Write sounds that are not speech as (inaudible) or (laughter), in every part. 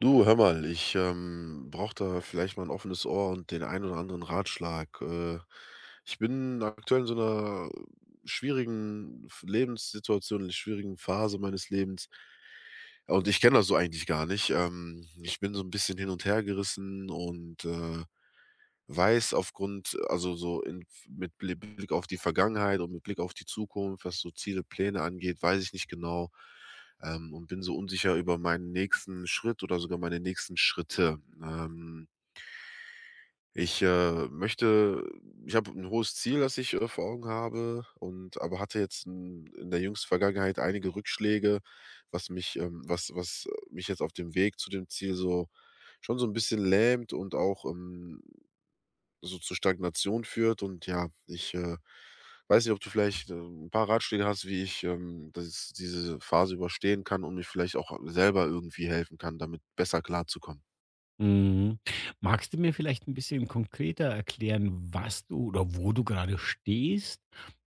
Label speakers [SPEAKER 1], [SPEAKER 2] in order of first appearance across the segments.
[SPEAKER 1] Du, hör mal, ich brauche da vielleicht mal ein offenes Ohr und den einen oder anderen Ratschlag. Ich bin aktuell in so einer schwierigen F Lebenssituation, in einer schwierigen Phase meines Lebens. Ja, und ich kenne das so eigentlich gar nicht. Ich bin so ein bisschen hin und her gerissen und weiß aufgrund also so in mit Blick auf die Vergangenheit und mit Blick auf die Zukunft, was so Ziele, Pläne angeht, weiß ich nicht genau, und bin so unsicher über meinen nächsten Schritt oder sogar meine nächsten Schritte. Ich, äh, möchte Ich habe ein hohes Ziel, das ich vor Augen habe, und aber hatte jetzt in der jüngsten Vergangenheit einige Rückschläge, was was mich jetzt auf dem Weg zu dem Ziel so schon so ein bisschen lähmt und auch, so zu Stagnation führt. Und ja, weiß nicht, ob du vielleicht, 'n paar Ratschläge hast, wie ich, das diese Phase überstehen kann und mir vielleicht auch selber irgendwie helfen kann, damit besser klarzukommen.
[SPEAKER 2] Mhm. Magst du mir vielleicht ein bisschen konkreter erklären, was du oder wo du gerade stehst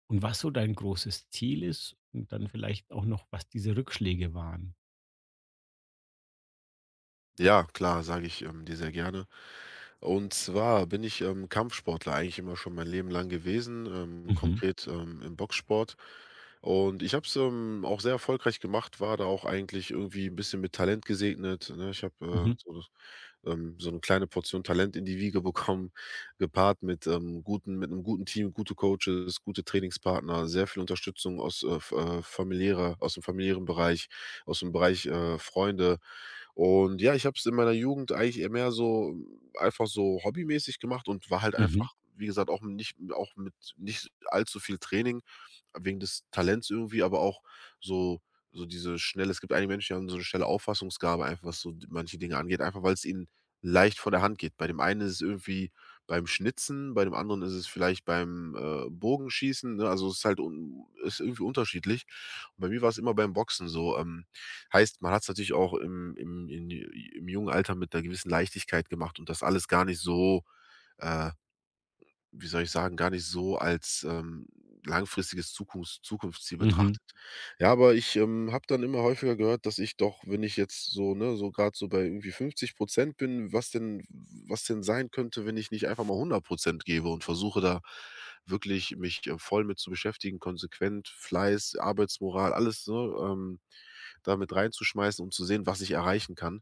[SPEAKER 2] und was so dein großes Ziel ist und dann vielleicht auch noch, was diese Rückschläge waren?
[SPEAKER 1] Ja, klar, sage ich, dir sehr gerne. Und zwar bin ich, Kampfsportler eigentlich immer schon mein Leben lang gewesen,
[SPEAKER 2] Mhm.
[SPEAKER 1] konkret, im Boxsport. Und ich habe es, auch sehr erfolgreich gemacht, war da auch eigentlich irgendwie ein bisschen mit Talent gesegnet, ne? Ich habe,
[SPEAKER 2] Mhm.
[SPEAKER 1] so 'ne kleine Portion Talent in die Wiege bekommen, gepaart mit, guten mit einem guten Team, gute Coaches, gute Trainingspartner, sehr viel Unterstützung aus, f familiärer aus dem familiären Bereich, aus dem Bereich, Freunde. Und ja, ich habe es in meiner Jugend eigentlich eher mehr einfach so hobbymäßig gemacht und war halt
[SPEAKER 2] Mhm.
[SPEAKER 1] einfach, wie gesagt, auch mit nicht allzu viel Training wegen des Talents irgendwie, aber auch so. So diese schnelle Es gibt einige Menschen, die haben so eine schnelle Auffassungsgabe, einfach was so manche Dinge angeht, einfach weil es ihnen leicht von der Hand geht. Bei dem einen ist es irgendwie beim Schnitzen, bei dem anderen ist es vielleicht beim, Bogenschießen, ne? Also, es ist halt un ist irgendwie unterschiedlich. Und bei mir war es immer beim Boxen so. Heißt, man hat es natürlich auch im jungen Alter mit einer gewissen Leichtigkeit gemacht und das alles gar nicht so, äh, wie soll ich sagen, gar nicht so als, langfristiges Zukunftsziel
[SPEAKER 2] Mhm.
[SPEAKER 1] betrachtet. Ja, aber ich, habe dann immer häufiger gehört, dass ich doch, wenn ich jetzt so ne, so gerade so bei irgendwie 50 bin, was denn sein könnte, wenn ich nicht einfach mal 100% gebe und versuche da wirklich mich, voll mit zu beschäftigen, konsequent, Fleiß, Arbeitsmoral, alles, ne, ähm, da reinzuschmeißen, um zu sehen, was ich erreichen kann.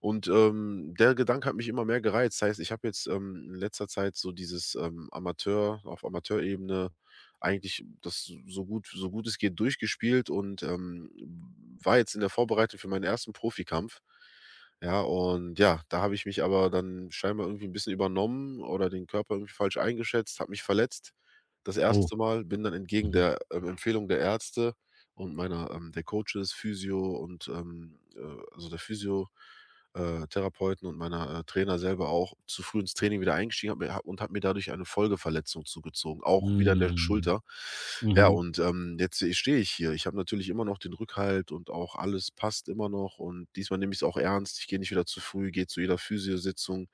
[SPEAKER 1] Und, der Gedanke hat mich immer mehr gereizt. Das heißt, ich habe jetzt, in letzter Zeit so dieses, Amateurebene eigentlich das so so gut es geht durchgespielt und, war jetzt in der Vorbereitung für meinen ersten Profikampf. Ja, und ja, da habe ich mich aber dann scheinbar irgendwie ein bisschen übernommen oder den Körper irgendwie falsch eingeschätzt, habe mich verletzt. Das
[SPEAKER 2] Oh.
[SPEAKER 1] erste Mal, bin dann entgegen
[SPEAKER 2] Mhm.
[SPEAKER 1] der, Empfehlung der Ärzte und meiner der Coaches, Physio und, also der Physio Therapeuten und meiner, Trainer selber auch zu früh ins Training wieder eingestiegen habe mir habe und habe mir dadurch eine Folgeverletzung zugezogen, auch wieder in der
[SPEAKER 2] Mhm.
[SPEAKER 1] Schulter. Ja,
[SPEAKER 2] Mhm.
[SPEAKER 1] und, jetzt stehe ich hier. Ich habe natürlich immer noch den Rückhalt und auch alles passt immer noch und diesmal nehme ich es auch ernst. Ich gehe nicht wieder zu früh, gehe zu jeder Physio-Sitzung.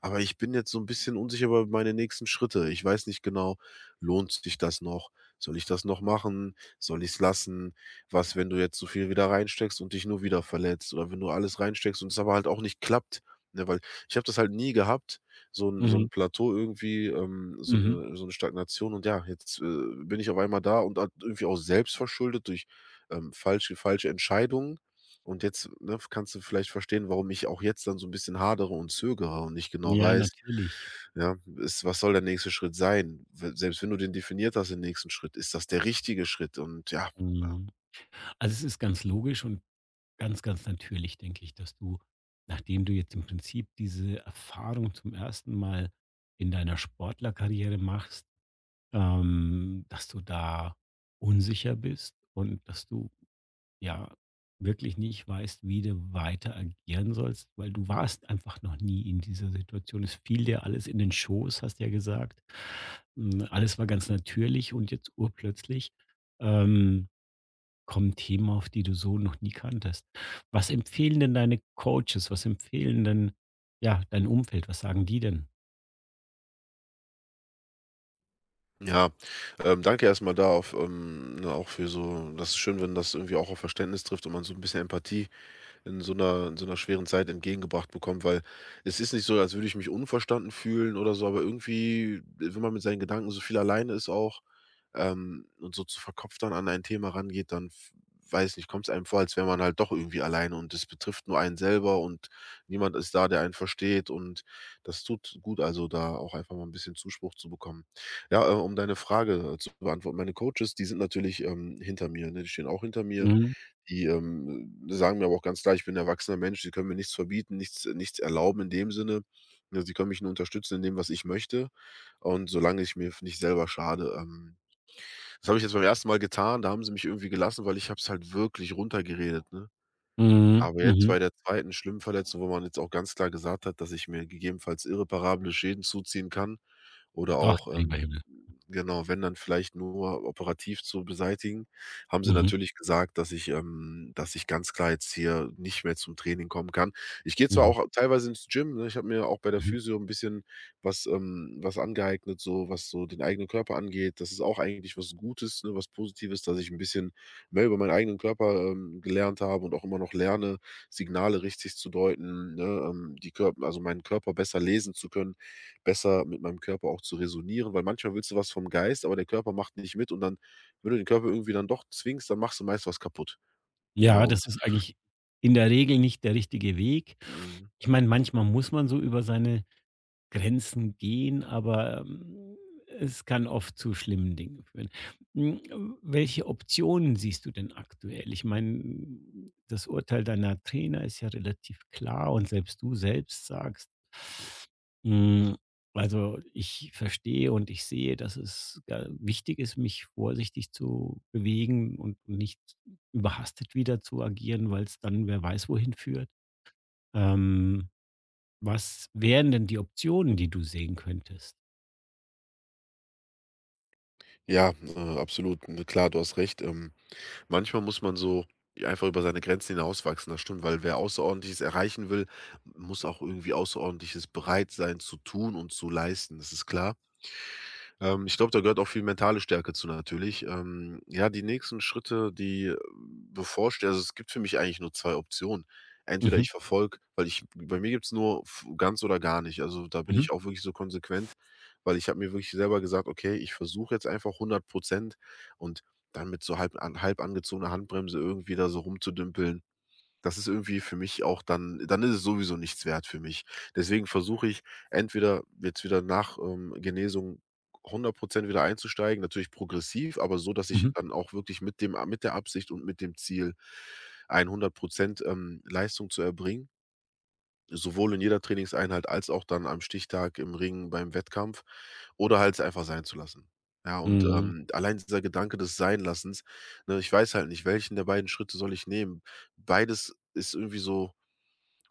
[SPEAKER 1] Aber ich bin jetzt so ein bisschen unsicher über meine nächsten Schritte. Ich weiß nicht genau, lohnt sich das noch? Soll ich das noch machen? Soll ich es lassen? Was, wenn du jetzt so viel wieder reinsteckst und dich nur wieder verletzt oder wenn du alles reinsteckst und es aber halt auch nicht klappt, ne? Weil ich habe das halt nie gehabt, so ein
[SPEAKER 2] Mhm.
[SPEAKER 1] Plateau irgendwie,
[SPEAKER 2] Mhm.
[SPEAKER 1] so eine Stagnation. Und ja, jetzt bin ich auf einmal da und halt irgendwie auch selbst verschuldet durch, falsche Entscheidungen. Und jetzt, ne, kannst du vielleicht verstehen, warum ich auch jetzt dann so ein bisschen hadere und zögere und nicht genau
[SPEAKER 2] Ja,
[SPEAKER 1] weiß,
[SPEAKER 2] natürlich.
[SPEAKER 1] ja, ist was soll der nächste Schritt sein? We Selbst wenn du den definiert hast, den nächsten Schritt, ist das der richtige Schritt? Und ja, ja.
[SPEAKER 2] Mhm. Also, es ist ganz logisch und ganz, ganz natürlich, denke ich, dass du, nachdem du jetzt im Prinzip diese Erfahrung zum ersten Mal in deiner Sportlerkarriere machst, dass du da unsicher bist und dass du ja wirklich nicht weißt, wie du weiter agieren sollst, weil du warst einfach noch nie in dieser Situation. Es fiel dir alles in den Schoß, hast ja gesagt. Alles war ganz natürlich und jetzt urplötzlich ähm, kommen Themen auf, die du so noch nie kanntest. Was empfehlen denn deine Coaches? Was empfehlen denn ja dein Umfeld? Was sagen die denn?
[SPEAKER 1] Ja, danke erstmal da auf ne, auch für so. Das ist schön, wenn das irgendwie auch auf Verständnis trifft und man so ein bisschen Empathie in so einer schweren Zeit entgegengebracht bekommt, weil es ist nicht so, als würde ich mich unverstanden fühlen oder so, aber irgendwie, wenn man mit seinen Gedanken so viel alleine ist auch, und so zu verkopft dann an ein Thema rangeht, dann f weiß nicht, kommt es einem vor, als wäre man halt doch irgendwie alleine und es betrifft nur einen selber und niemand ist da, der einen versteht. Und das tut gut, also, da auch einfach mal ein bisschen Zuspruch zu bekommen. Ja, um deine Frage zu beantworten, meine Coaches, die sind natürlich, hinter mir, ne? Die stehen auch hinter mir.
[SPEAKER 2] Mhm.
[SPEAKER 1] Die sagen mir aber auch ganz klar: „Ich bin 'n erwachsener Mensch, die können mir nichts verbieten, nichts erlauben in dem Sinne. Ne, sie können mich nur unterstützen in dem, was ich möchte und solange ich mir nicht selber schade.“ Das habe ich jetzt beim ersten Mal getan, da haben sie mich irgendwie gelassen, weil ich habe es halt wirklich runtergeredet, ne?
[SPEAKER 2] Mhm.
[SPEAKER 1] Aber jetzt
[SPEAKER 2] Mhm.
[SPEAKER 1] bei der zweiten schlimmen Verletzung, wo man jetzt auch ganz klar gesagt hat, dass ich mir gegebenenfalls irreparable Schäden zuziehen kann oder
[SPEAKER 2] Ach,
[SPEAKER 1] auch,
[SPEAKER 2] du lieber Himmel.
[SPEAKER 1] genau, wenn dann vielleicht nur operativ zu beseitigen, haben sie
[SPEAKER 2] Mhm.
[SPEAKER 1] natürlich gesagt, dass ich ganz klar jetzt hier nicht mehr zum Training kommen kann. Ich gehe zwar
[SPEAKER 2] Mhm.
[SPEAKER 1] auch teilweise ins Gym, ne? Ich habe mir auch bei der
[SPEAKER 2] Mhm.
[SPEAKER 1] Physio ein bisschen was angeeignet, so was so den eigenen Körper angeht. Das ist auch eigentlich was Gutes, ne, was Positives, dass ich ein bisschen mehr über meinen eigenen Körper, gelernt habe und auch immer noch lerne, Signale richtig zu deuten, ne, die Körper, also meinen Körper besser lesen zu können, besser mit meinem Körper auch zu resonieren, weil manchmal willst du was vom Geist, aber der Körper macht nicht mit und dann, wenn du den Körper irgendwie dann doch zwingst, dann machst du meist was kaputt. Ja,
[SPEAKER 2] Ja, das
[SPEAKER 1] und
[SPEAKER 2] ist eigentlich in der Regel nicht der richtige Weg.
[SPEAKER 1] mhm.
[SPEAKER 2] Ich meine, manchmal muss man so über seine Grenzen gehen, aber es kann oft zu schlimmen Dingen führen. Hm, welche Optionen siehst du denn aktuell? Ich meine, das Urteil deiner Trainer ist ja relativ klar und selbst du selbst sagst: „Hm, also, ich verstehe und ich sehe, dass es ga wichtig ist, mich vorsichtig zu bewegen und nicht überhastet wieder zu agieren, weil es dann wer weiß wohin führt.“ Ähm Was wären denn die Optionen, die du sehen könntest?
[SPEAKER 1] Ja, absolut. Ne, klar, du hast recht. Manchmal muss man so einfach über seine Grenzen hinauswachsen, das stimmt, weil wer Außerordentliches erreichen will, muss auch irgendwie Außerordentliches bereit sein zu tun und zu leisten, das ist klar. Ich glaube, da gehört auch viel mentale Stärke zu natürlich. Ja, die nächsten Schritte, die bevorstehen, also, es gibt für mich eigentlich nur 2 Optionen. Entweder
[SPEAKER 2] Mhm,
[SPEAKER 1] ich verfolge weil ich bei mir gibt's nur f ganz oder gar nicht. Also, da bin
[SPEAKER 2] mhm,
[SPEAKER 1] ich auch wirklich so konsequent, weil ich habe mir wirklich selber gesagt: „Okay, ich versuche jetzt einfach 100% und dann mit so halb angezogener Handbremse irgendwie da so rumzudümpeln, das ist irgendwie für mich auch dann ist es sowieso nichts wert für mich. Deswegen versuche ich entweder jetzt wieder nach, Genesung 100% wieder einzusteigen, natürlich progressiv, aber so, dass ich
[SPEAKER 2] mhm,
[SPEAKER 1] dann auch wirklich mit dem mit der Absicht und mit dem Ziel 100% Leistung zu erbringen. Sowohl in jeder Trainingseinheit als auch dann am Stichtag im Ring beim Wettkampf oder halt es einfach sein zu lassen. Ja, und,
[SPEAKER 2] mhm.
[SPEAKER 1] allein dieser Gedanke des Seinlassens, ne, ich weiß halt nicht, welchen der beiden Schritte soll ich nehmen? Beides ist irgendwie so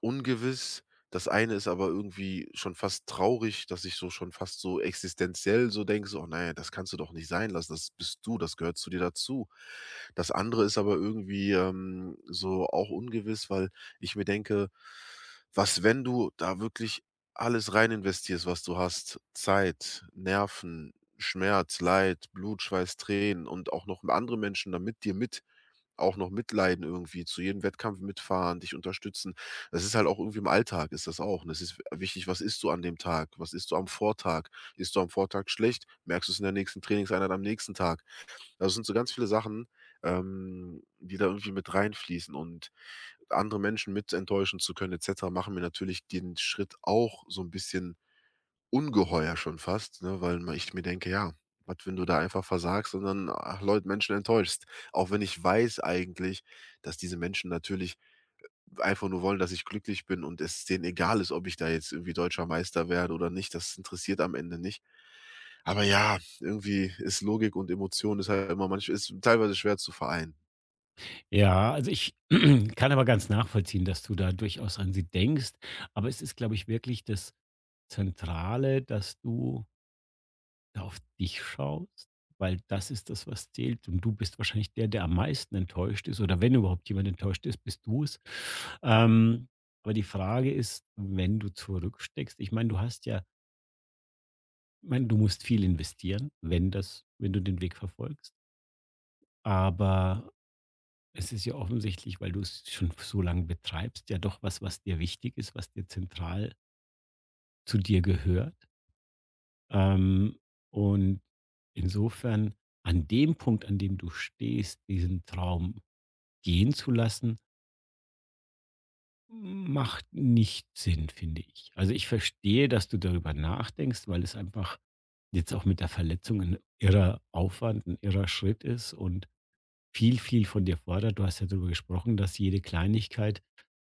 [SPEAKER 1] ungewiss. Das eine ist aber irgendwie schon fast traurig, dass ich so schon fast so existenziell so denke, so: „Oh nein, das kannst du doch nicht sein lassen. Das bist du, das gehört zu dir dazu.“ Das andere ist aber irgendwie, so auch ungewiss, weil ich mir denke: „Was, wenn du da wirklich alles rein investierst, was du hast? Zeit, Nerven, Schmerz, Leid, Blut, Schweiß, Tränen und auch noch andere Menschen da mit dir mit auch noch mitleiden irgendwie, zu jedem Wettkampf mitfahren, dich unterstützen. Das ist halt auch irgendwie im Alltag ist das auch. Und es ist wichtig, was isst du an dem Tag? Was isst du am Vortag? Isst du am Vortag schlecht? Merkst du es in der nächsten Trainingseinheit am nächsten Tag? Das sind so ganz viele Sachen, die da irgendwie mit reinfließen, und andere Menschen mit enttäuschen zu können et cetera, machen mir natürlich den Schritt auch so ein bisschen Ungeheuer schon fast, ne, weil ma ich mir denke: „Ja, was, wenn du da einfach versagst und dann, ach, Leut Menschen enttäuschst?“ Auch wenn ich weiß eigentlich, dass diese Menschen natürlich einfach nur wollen, dass ich glücklich bin und es denen egal ist, ob ich da jetzt irgendwie deutscher Meister werde oder nicht. Das interessiert am Ende nicht. Aber ja, irgendwie ist Logik und Emotion ist halt immer manchmal ist teilweise schwer zu vereinen.
[SPEAKER 2] Ja, also ich (clears throat) kann aber ganz nachvollziehen, dass du da durchaus an sie denkst. Aber es ist, glaube ich, wirklich das Zentrale, dass du da auf dich schaust, weil das ist das, was zählt. Und du bist wahrscheinlich der, der am meisten enttäuscht ist. Oder wenn überhaupt jemand enttäuscht ist, bist du es. Ähm, aber die Frage ist, wenn du zurücksteckst, ich meine, du hast ja Ich meine, du musst viel investieren, wenn das wenn du den Weg verfolgst, aber es ist ja offensichtlich, weil du es schon so lange betreibst, ja doch was, was dir wichtig ist, was dir zentral zu dir gehört. Ähm, und insofern an dem Punkt, an dem du stehst, diesen Traum gehen zu lassen, macht nicht Sinn, finde ich. Also, ich verstehe, dass du darüber nachdenkst, weil es einfach jetzt auch mit der Verletzung ein irrer Aufwand, ein irrer Schritt ist und viel, viel von dir fordert. Du hast ja darüber gesprochen, dass jede Kleinigkeit,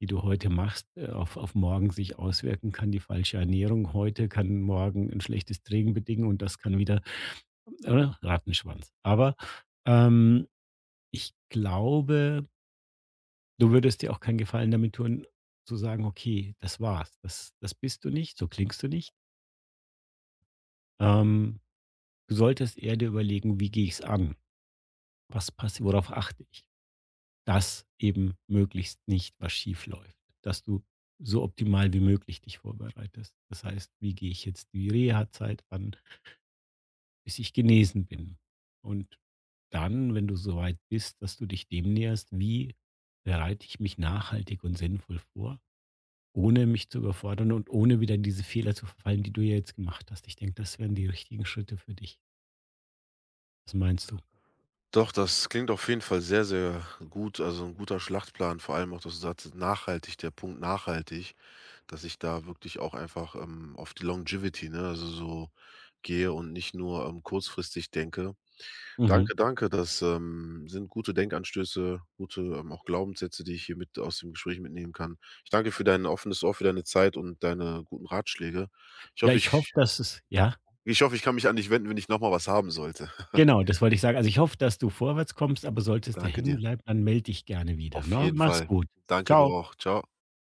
[SPEAKER 2] die du heute machst, auf morgen sich auswirken kann. Die falsche Ernährung heute kann morgen ein schlechtes Trinken bedingen und das kann wieder, oder? Rattenschwanz. Aber ähm, ich glaube, du würdest dir auch keinen Gefallen damit tun, zu sagen, okay, das war's, das, das bist du nicht, so klingst du nicht. Ähm, Du solltest eher dir überlegen, wie gehe ich's an? Was passt, worauf achte ich? Dass eben möglichst nicht was schief läuft, dass du so optimal wie möglich dich vorbereitest. Das heißt, wie gehe ich jetzt die Reha-Zeit an, bis ich genesen bin? Und dann, wenn du so weit bist, dass du dich dem näherst, wie bereite ich mich nachhaltig und sinnvoll vor, ohne mich zu überfordern und ohne wieder in diese Fehler zu verfallen, die du ja jetzt gemacht hast. Ich denke, das wären die richtigen Schritte für dich. Was meinst du?
[SPEAKER 1] Doch, das klingt auf jeden Fall sehr, sehr gut, also ein guter Schlachtplan, vor allem auch, dass du sagtest, nachhaltig, der Punkt nachhaltig. Dass ich da wirklich auch einfach, auf die Longevity, ne, also so gehe und nicht nur, kurzfristig denke.
[SPEAKER 2] Mhm.
[SPEAKER 1] Danke, danke, das, sind gute Denkanstöße, gute, auch Glaubenssätze, die ich hier mit aus dem Gespräch mitnehmen kann. Ich danke für dein offenes Ohr, für deine Zeit und deine guten Ratschläge. Ich
[SPEAKER 2] Ja,
[SPEAKER 1] hoffe,
[SPEAKER 2] ich hoffe, dass es ja?
[SPEAKER 1] ich hoffe, ich kann mich an dich wenden, wenn ich noch mal was haben sollte. (laughs)
[SPEAKER 2] Genau, das wollte ich sagen. Also, ich hoffe, dass du vorwärts kommst, aber solltest du
[SPEAKER 1] Danke
[SPEAKER 2] hängen
[SPEAKER 1] dir.
[SPEAKER 2] bleiben, dann melde dich gerne wieder,
[SPEAKER 1] Auf
[SPEAKER 2] ne?
[SPEAKER 1] jeden
[SPEAKER 2] Mach's
[SPEAKER 1] Fall.
[SPEAKER 2] gut.
[SPEAKER 1] Danke, du
[SPEAKER 2] Ciao.
[SPEAKER 1] auch. Ciao.